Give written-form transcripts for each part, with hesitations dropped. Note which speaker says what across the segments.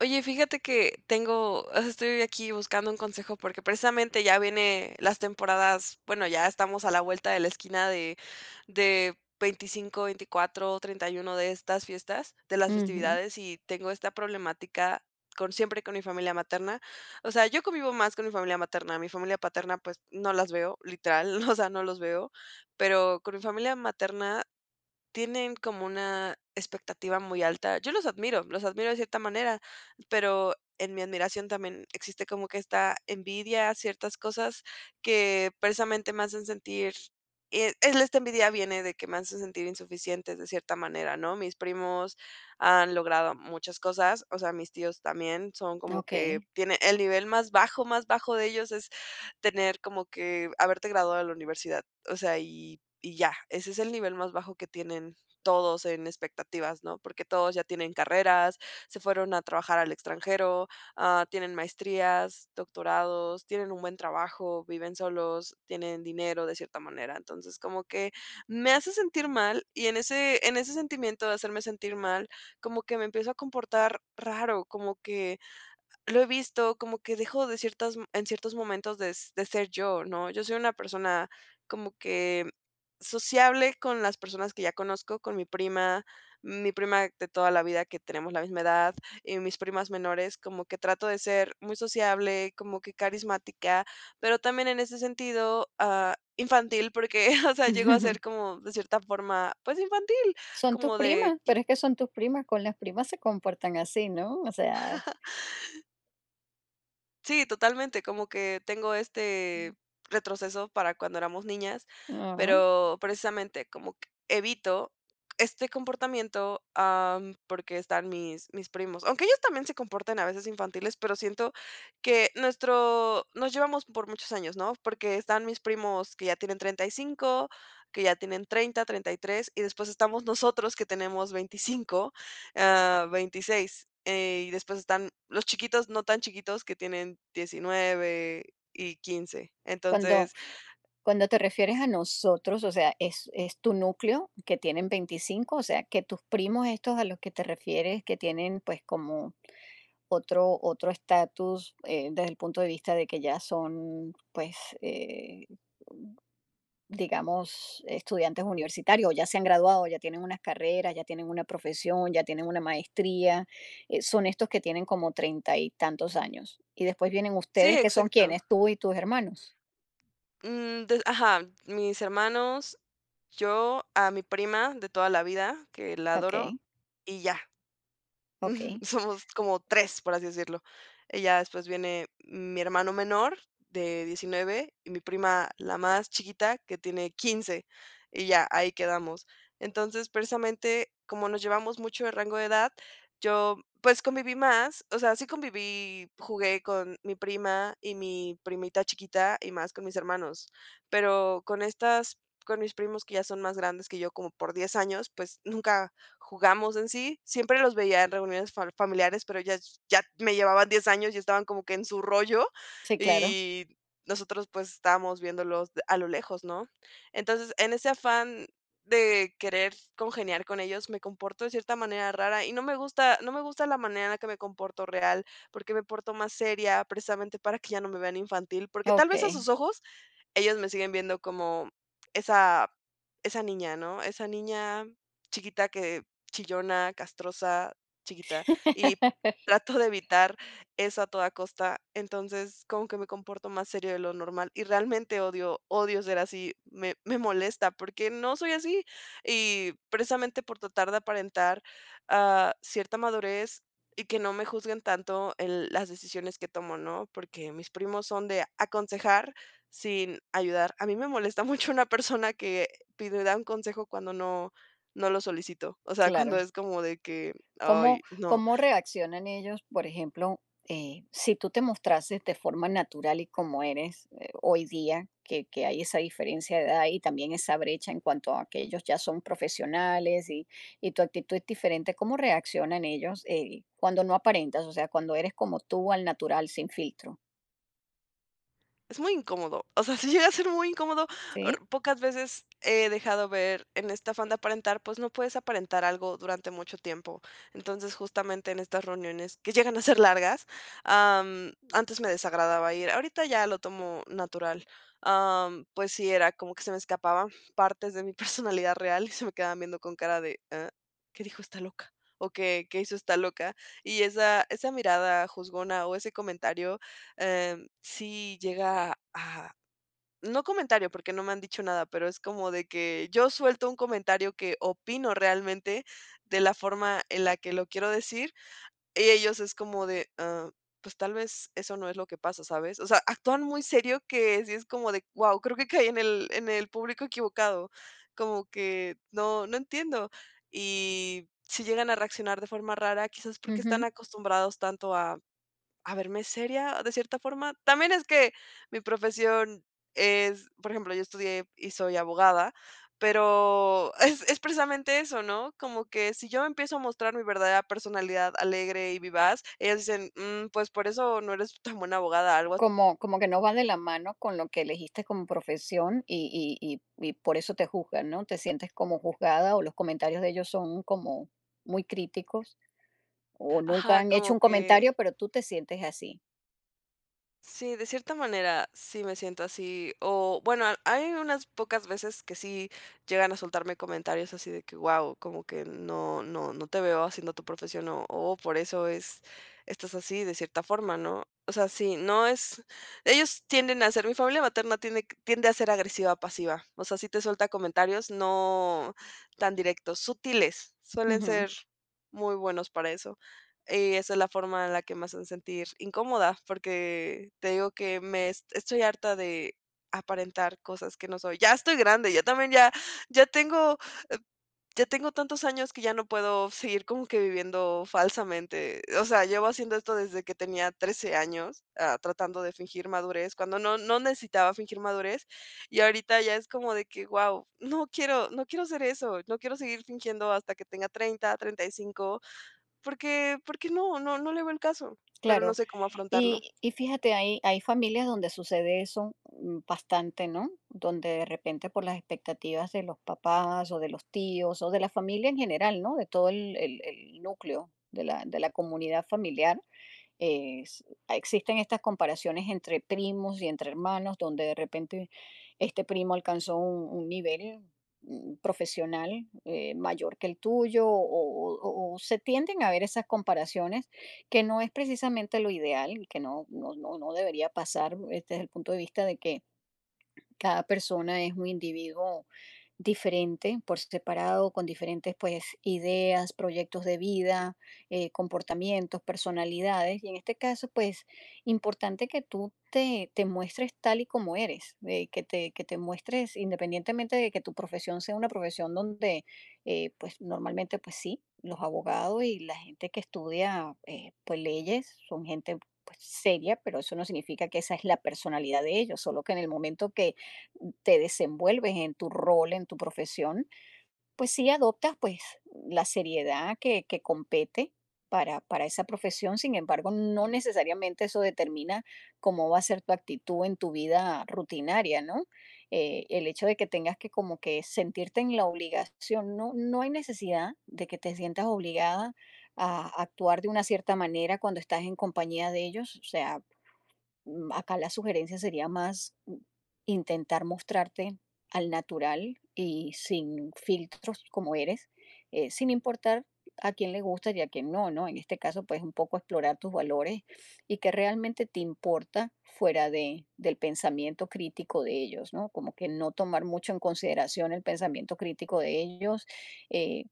Speaker 1: Oye, fíjate que tengo, o sea, estoy aquí buscando un consejo porque precisamente ya viene las temporadas. Bueno, ya estamos a la vuelta de la esquina de 25, 24, 31 de estas fiestas, de las
Speaker 2: Ujú,
Speaker 1: festividades, y tengo esta problemática con siempre con mi familia materna. O sea, yo convivo más con mi familia materna. Mi familia paterna, pues, no las veo, literal, o sea, no los veo, pero con mi familia materna tienen como una expectativa muy alta. Yo los admiro de cierta manera, pero en mi admiración también existe como que esta envidia, ciertas cosas que precisamente me hacen sentir, es, esta envidia viene de que me hacen sentir insuficientes de cierta manera, ¿no? Mis primos han logrado muchas cosas. O sea, mis tíos también son como que
Speaker 2: okey.
Speaker 1: tiene el nivel más bajo de ellos es tener como que haberte graduado de la universidad, o sea, y ya, ese es el nivel más bajo que tienen todos en expectativas, ¿no? Porque todos ya tienen carreras, se fueron a trabajar al extranjero, ah, tienen maestrías, doctorados, tienen un buen trabajo, viven solos, tienen dinero de cierta manera. Entonces, como que me hace sentir mal, y en ese sentimiento de hacerme sentir mal, como que me empiezo a comportar raro, como que lo he visto, como que dejo de ciertas en ciertos momentos de s de ser yo, ¿no? Yo soy una persona como que sociable con las personas que ya conozco, con mi prima de toda la vida que tenemos la misma edad, y mis primas menores, como que trato de ser muy sociable, como que carismática, pero también en ese sentido, ah, infantil, porque, o sea, llego a ser como de cierta forma, pues, infantil,
Speaker 2: Son tus
Speaker 1: como de.
Speaker 2: primas, pero es que son tus primas, con las primas se comportan así, ¿no? O sea,
Speaker 1: Sí, totalmente, como que tengo este retroceso para cuando éramos niñas,
Speaker 2: no.
Speaker 1: pero precisamente como que evito este comportamiento, porque están mis primos. Aunque ellos también se comportan a veces infantiles, pero siento que nuestro, nos llevamos por muchos años, ¿no? Porque están mis primos que ya tienen 35, que ya tienen 30, 33, y tres, y después estamos nosotros que tenemos 25. Ah, 26, y después están los chiquitos, no tan chiquitos, que tienen 19 y 15.
Speaker 2: Cuando
Speaker 1: Entonces,
Speaker 2: cuando te refieres a nosotros, o sea, es tu núcleo que tienen 25, o sea, que tus primos estos a los que te refieres, que tienen, pues, como otro estatus, desde el punto de vista de que ya son, pues, digamos, estudiantes universitarios, ya se han graduado, ya tienen unas carreras, ya tienen una profesión, ya tienen una maestría, son estos que tienen como treinta y tantos años. Y después vienen
Speaker 1: sí,
Speaker 2: ustedes, que son
Speaker 1: exacto.
Speaker 2: quienes, tú y tus hermanos.
Speaker 1: Mm, de, ajá, mis hermanos, yo, a mi prima de toda la vida, que la adoro,
Speaker 2: Ok,
Speaker 1: y ya.
Speaker 2: ok,
Speaker 1: Somos como tres, por así decirlo. Y ya después viene mi hermano menor de 19 y mi prima, la más chiquita, que tiene 15, y ya ahí quedamos. Entonces, precisamente, como nos llevamos mucho de rango de edad, yo, pues, conviví más, o sea, sí conviví, jugué con mi prima y mi primita chiquita y más con mis hermanos, pero con estas, con mis primos que ya son más grandes que yo como por 10 años, pues nunca jugamos, en sí. Siempre los veía en reuniones fa familiares, pero ya, ya me llevaban 10 años y estaban como que en su rollo,
Speaker 2: sí, claro,
Speaker 1: y nosotros, pues, estábamos viéndolos a lo lejos, ¿no? Entonces, en ese afán de querer congeniar con ellos, me comporto de cierta manera rara y no me gusta la manera en la que me comporto real, porque me porto más seria, precisamente para que ya no me vean infantil, porque tal
Speaker 2: ok,
Speaker 1: vez a sus ojos ellos me siguen viendo como esa esa niña, ¿no? Esa niña chiquita, que chillona, castrosa, chiquita, y trato de evitar eso a toda costa. Entonces, como que me comporto más serio de lo normal y realmente odio ser así, me molesta porque no soy así. Y precisamente por tratar de aparentar, ah, cierta madurez y que no me juzguen tanto en las decisiones que tomo, ¿no? Porque mis primos son de aconsejar sin ayudar. A mí me molesta mucho una persona que pide, da un consejo cuando no lo solicito. O sea, cuando
Speaker 2: claro.
Speaker 1: es como de que, ay,
Speaker 2: ¿Cómo,
Speaker 1: no.
Speaker 2: cómo reaccionan ellos? Por ejemplo, si tú te mostrases de forma natural y como eres hoy día, que hay esa diferencia de edad y también esa brecha en cuanto a que ellos ya son profesionales, y tu actitud es diferente, ¿cómo reaccionan ellos cuando no aparentas? O sea, ¿cuando eres como tú al natural, sin filtro?
Speaker 1: Es muy incómodo, o sea, sí llega a ser muy incómodo. R
Speaker 2: ¿Sí?
Speaker 1: pocas veces he dejado ver en esta afán de aparentar, pues, no puedes aparentar algo durante mucho tiempo. Entonces, justamente en estas reuniones que llegan a ser largas, antes me desagradaba ir, ahorita ya lo tomo natural. Pues sí, era como que se me escapaban partes de mi personalidad real y se me quedaban viendo con cara de: "¿Ah? ¿Qué dijo esta loca? ¿O qué hizo esta loca?". Y esa mirada juzgona o ese comentario, sí llega a, no comentario, porque no me han dicho nada, pero es como de que yo suelto un comentario que opino realmente de la forma en la que lo quiero decir, y ellos es como de, ah, pues tal vez eso no es lo que pasa, ¿sabes? O sea, actúan muy serio que sí es como de, wow, creo que caí en el público equivocado, como que no, no entiendo. Y si llegan a reaccionar de forma rara, quizás porque están
Speaker 2: Ujú.
Speaker 1: acostumbrados tanto a verme seria, de cierta forma. También es que mi profesión es, por ejemplo, yo estudié y soy abogada, pero es precisamente eso, ¿no? Como que si yo empiezo a mostrar mi verdadera personalidad alegre y vivaz, ellas dicen: "Mm, pues por eso no eres tan buena abogada", algo así.
Speaker 2: Como como que no va de la mano con lo que elegiste como profesión, y por eso te juzgan, ¿no? ¿Te sientes como juzgada, o los comentarios de ellos son como muy críticos, o nunca
Speaker 1: Ajá,
Speaker 2: han hecho
Speaker 1: como
Speaker 2: un
Speaker 1: que,
Speaker 2: comentario, pero tú te sientes así?
Speaker 1: sí, de cierta manera sí me siento así, o bueno, a, hay unas pocas veces que sí llegan a soltarme comentarios así de que: "wow, como que no te veo haciendo tu profesión", o "por eso es, estás así de cierta forma", ¿no? O sea, sí, no es, ellos tienden a ser, mi familia materna tiende, tiende a ser agresiva pasiva, o sea, sí te suelta comentarios no tan directos, sutiles, suelen
Speaker 2: Ujú,
Speaker 1: ser muy buenos para eso. Y esa es la forma en la que me hacen sentir incómoda, porque te digo que me es, estoy harta de aparentar cosas que no soy. Ya estoy grande, ya también ya, ya tengo, eh, ya tengo tantos años que ya no puedo seguir como que viviendo falsamente. O sea, llevo haciendo esto desde que tenía 13 años, ah, tratando de fingir madurez, cuando no necesitaba fingir madurez, y ahorita ya es como de que, wow, no quiero hacer eso, no quiero seguir fingiendo hasta que tenga treinta y cinco, porque no, no le veo el caso, pero no
Speaker 2: claro.
Speaker 1: sé cómo afrontarlo.
Speaker 2: Y fíjate, hay familias donde sucede eso, bastante, ¿no? Donde de repente por las expectativas de los papás, o de los tíos, o de la familia en general, ¿no? De todo el núcleo de la comunidad familiar, eh, existen estas comparaciones entre primos y entre hermanos, donde de repente este primo alcanzó un nivel, profesional mayor que el tuyo, o se tienden a ver esas comparaciones, que no es precisamente lo ideal, y que no, no, no, no debería pasar este, desde el punto de vista de que cada persona es un individuo diferente, por separado, con diferentes pues ideas, proyectos de vida, comportamientos, personalidades. Y en este caso, pues, importante que tú te, te muestres tal y como eres, que te muestres independientemente de que tu profesión sea una profesión donde, pues, normalmente, pues sí, los abogados y la gente que estudia, pues, leyes son gente pues seria, pero eso no significa que esa es la personalidad de ellos, solo que en el momento que te desenvuelves en tu rol, en tu profesión, pues sí adoptas pues la seriedad que compete para esa profesión. Sin embargo, no necesariamente eso determina cómo va a ser tu actitud en tu vida rutinaria, ¿no? El hecho de que tengas que como que sentirte en la obligación, no, no hay necesidad de que te sientas obligada a actuar de una cierta manera cuando estás en compañía de ellos. O sea, acá la sugerencia sería más, intentar mostrarte al natural y sin filtros como eres, sin importar a quién le gusta y a quién no, ¿no? En este caso, pues un poco explorar tus valores y qué realmente te importa fuera de, del pensamiento crítico de ellos, ¿no? Como que no tomar mucho en consideración el pensamiento crítico de ellos, eh,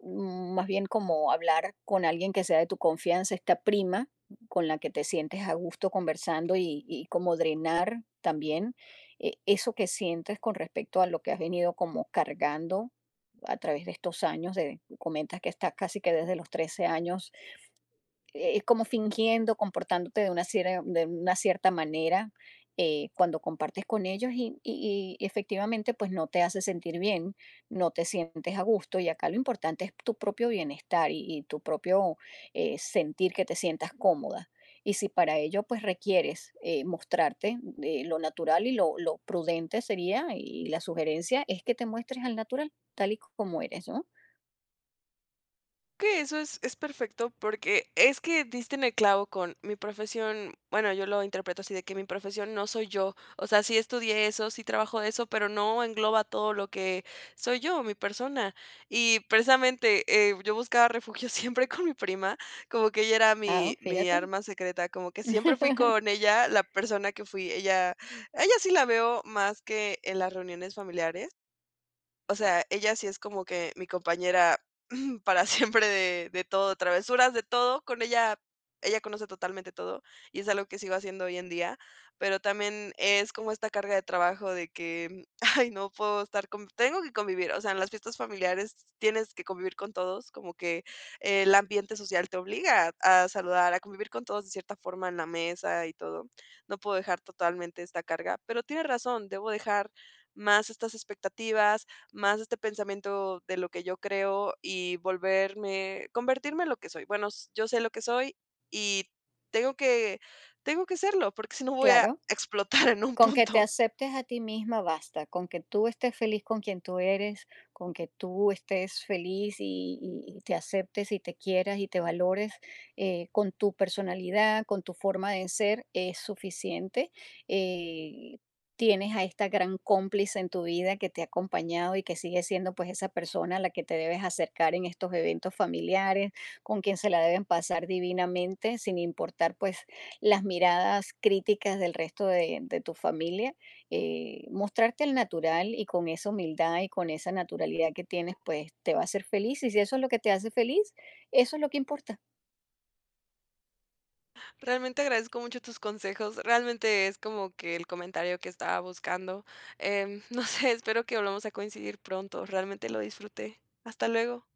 Speaker 2: más bien como hablar con alguien que sea de tu confianza, esta prima con la que te sientes a gusto conversando, y como drenar también eso que sientes con respecto a lo que has venido como cargando a través de estos años, de, comentas que estás casi que desde los 13 años, como fingiendo, comportándote de una, cier- de una cierta manera, cuando compartes con ellos y efectivamente pues no te hace sentir bien, no te sientes a gusto, y acá lo importante es tu propio bienestar y tu propio sentir, que te sientas cómoda. Y si para ello pues requieres, mostrarte, lo natural y lo prudente sería, y la sugerencia es que te muestres al natural, tal y como eres, ¿no?
Speaker 1: Que eso es perfecto, porque es que diste en el clavo con mi profesión. Bueno, yo lo interpreto así, de que mi profesión no soy yo. O sea, sí estudié eso, sí trabajo de eso, pero no engloba todo lo que soy yo, mi persona. Y precisamente, yo buscaba refugio siempre con mi prima, como que ella era
Speaker 2: Ah,
Speaker 1: mi
Speaker 2: fíjate.
Speaker 1: arma secreta, como que siempre fui con ella la persona que fui. Ella sí la veo más que en las reuniones familiares. O sea, ella sí es como que mi compañera para siempre de todo, travesuras, de todo, con ella conoce totalmente todo, y es algo que sigo haciendo hoy en día, pero también es como esta carga de trabajo de que, ay, no puedo estar con, tengo que convivir, o sea, en las fiestas familiares tienes que convivir con todos, como que, el ambiente social te obliga a saludar, a convivir con todos de cierta forma en la mesa y todo. No puedo dejar totalmente esta carga, pero tiene razón, debo dejar más estas expectativas, más este pensamiento de lo que yo creo y volverme, convertirme en lo que soy. Bueno, s, yo sé lo que soy, y tengo que, tengo que serlo, porque si no voy a
Speaker 2: Claro.
Speaker 1: explotar en un
Speaker 2: Con que te
Speaker 1: punto.
Speaker 2: aceptes a ti misma basta, con que tú estés feliz con quien tú eres, con que tú estés feliz y te aceptes y te quieras y te valores, con tu personalidad, con tu forma de ser, es suficiente. Eh, tienes a esta gran cómplice en tu vida que te ha acompañado y que sigue siendo pues esa persona a la que te debes acercar en estos eventos familiares, con quien se la deben pasar divinamente, sin importar pues las miradas críticas del resto de tu familia, mostrarte al natural y con esa humildad y con esa naturalidad que tienes, pues te va a hacer feliz. Y si eso es lo que te hace feliz, eso es lo que importa.
Speaker 1: Realmente agradezco mucho tus consejos, realmente es como que el comentario que estaba buscando. No sé, espero que volvamos a coincidir pronto, realmente lo disfruté. Hasta luego.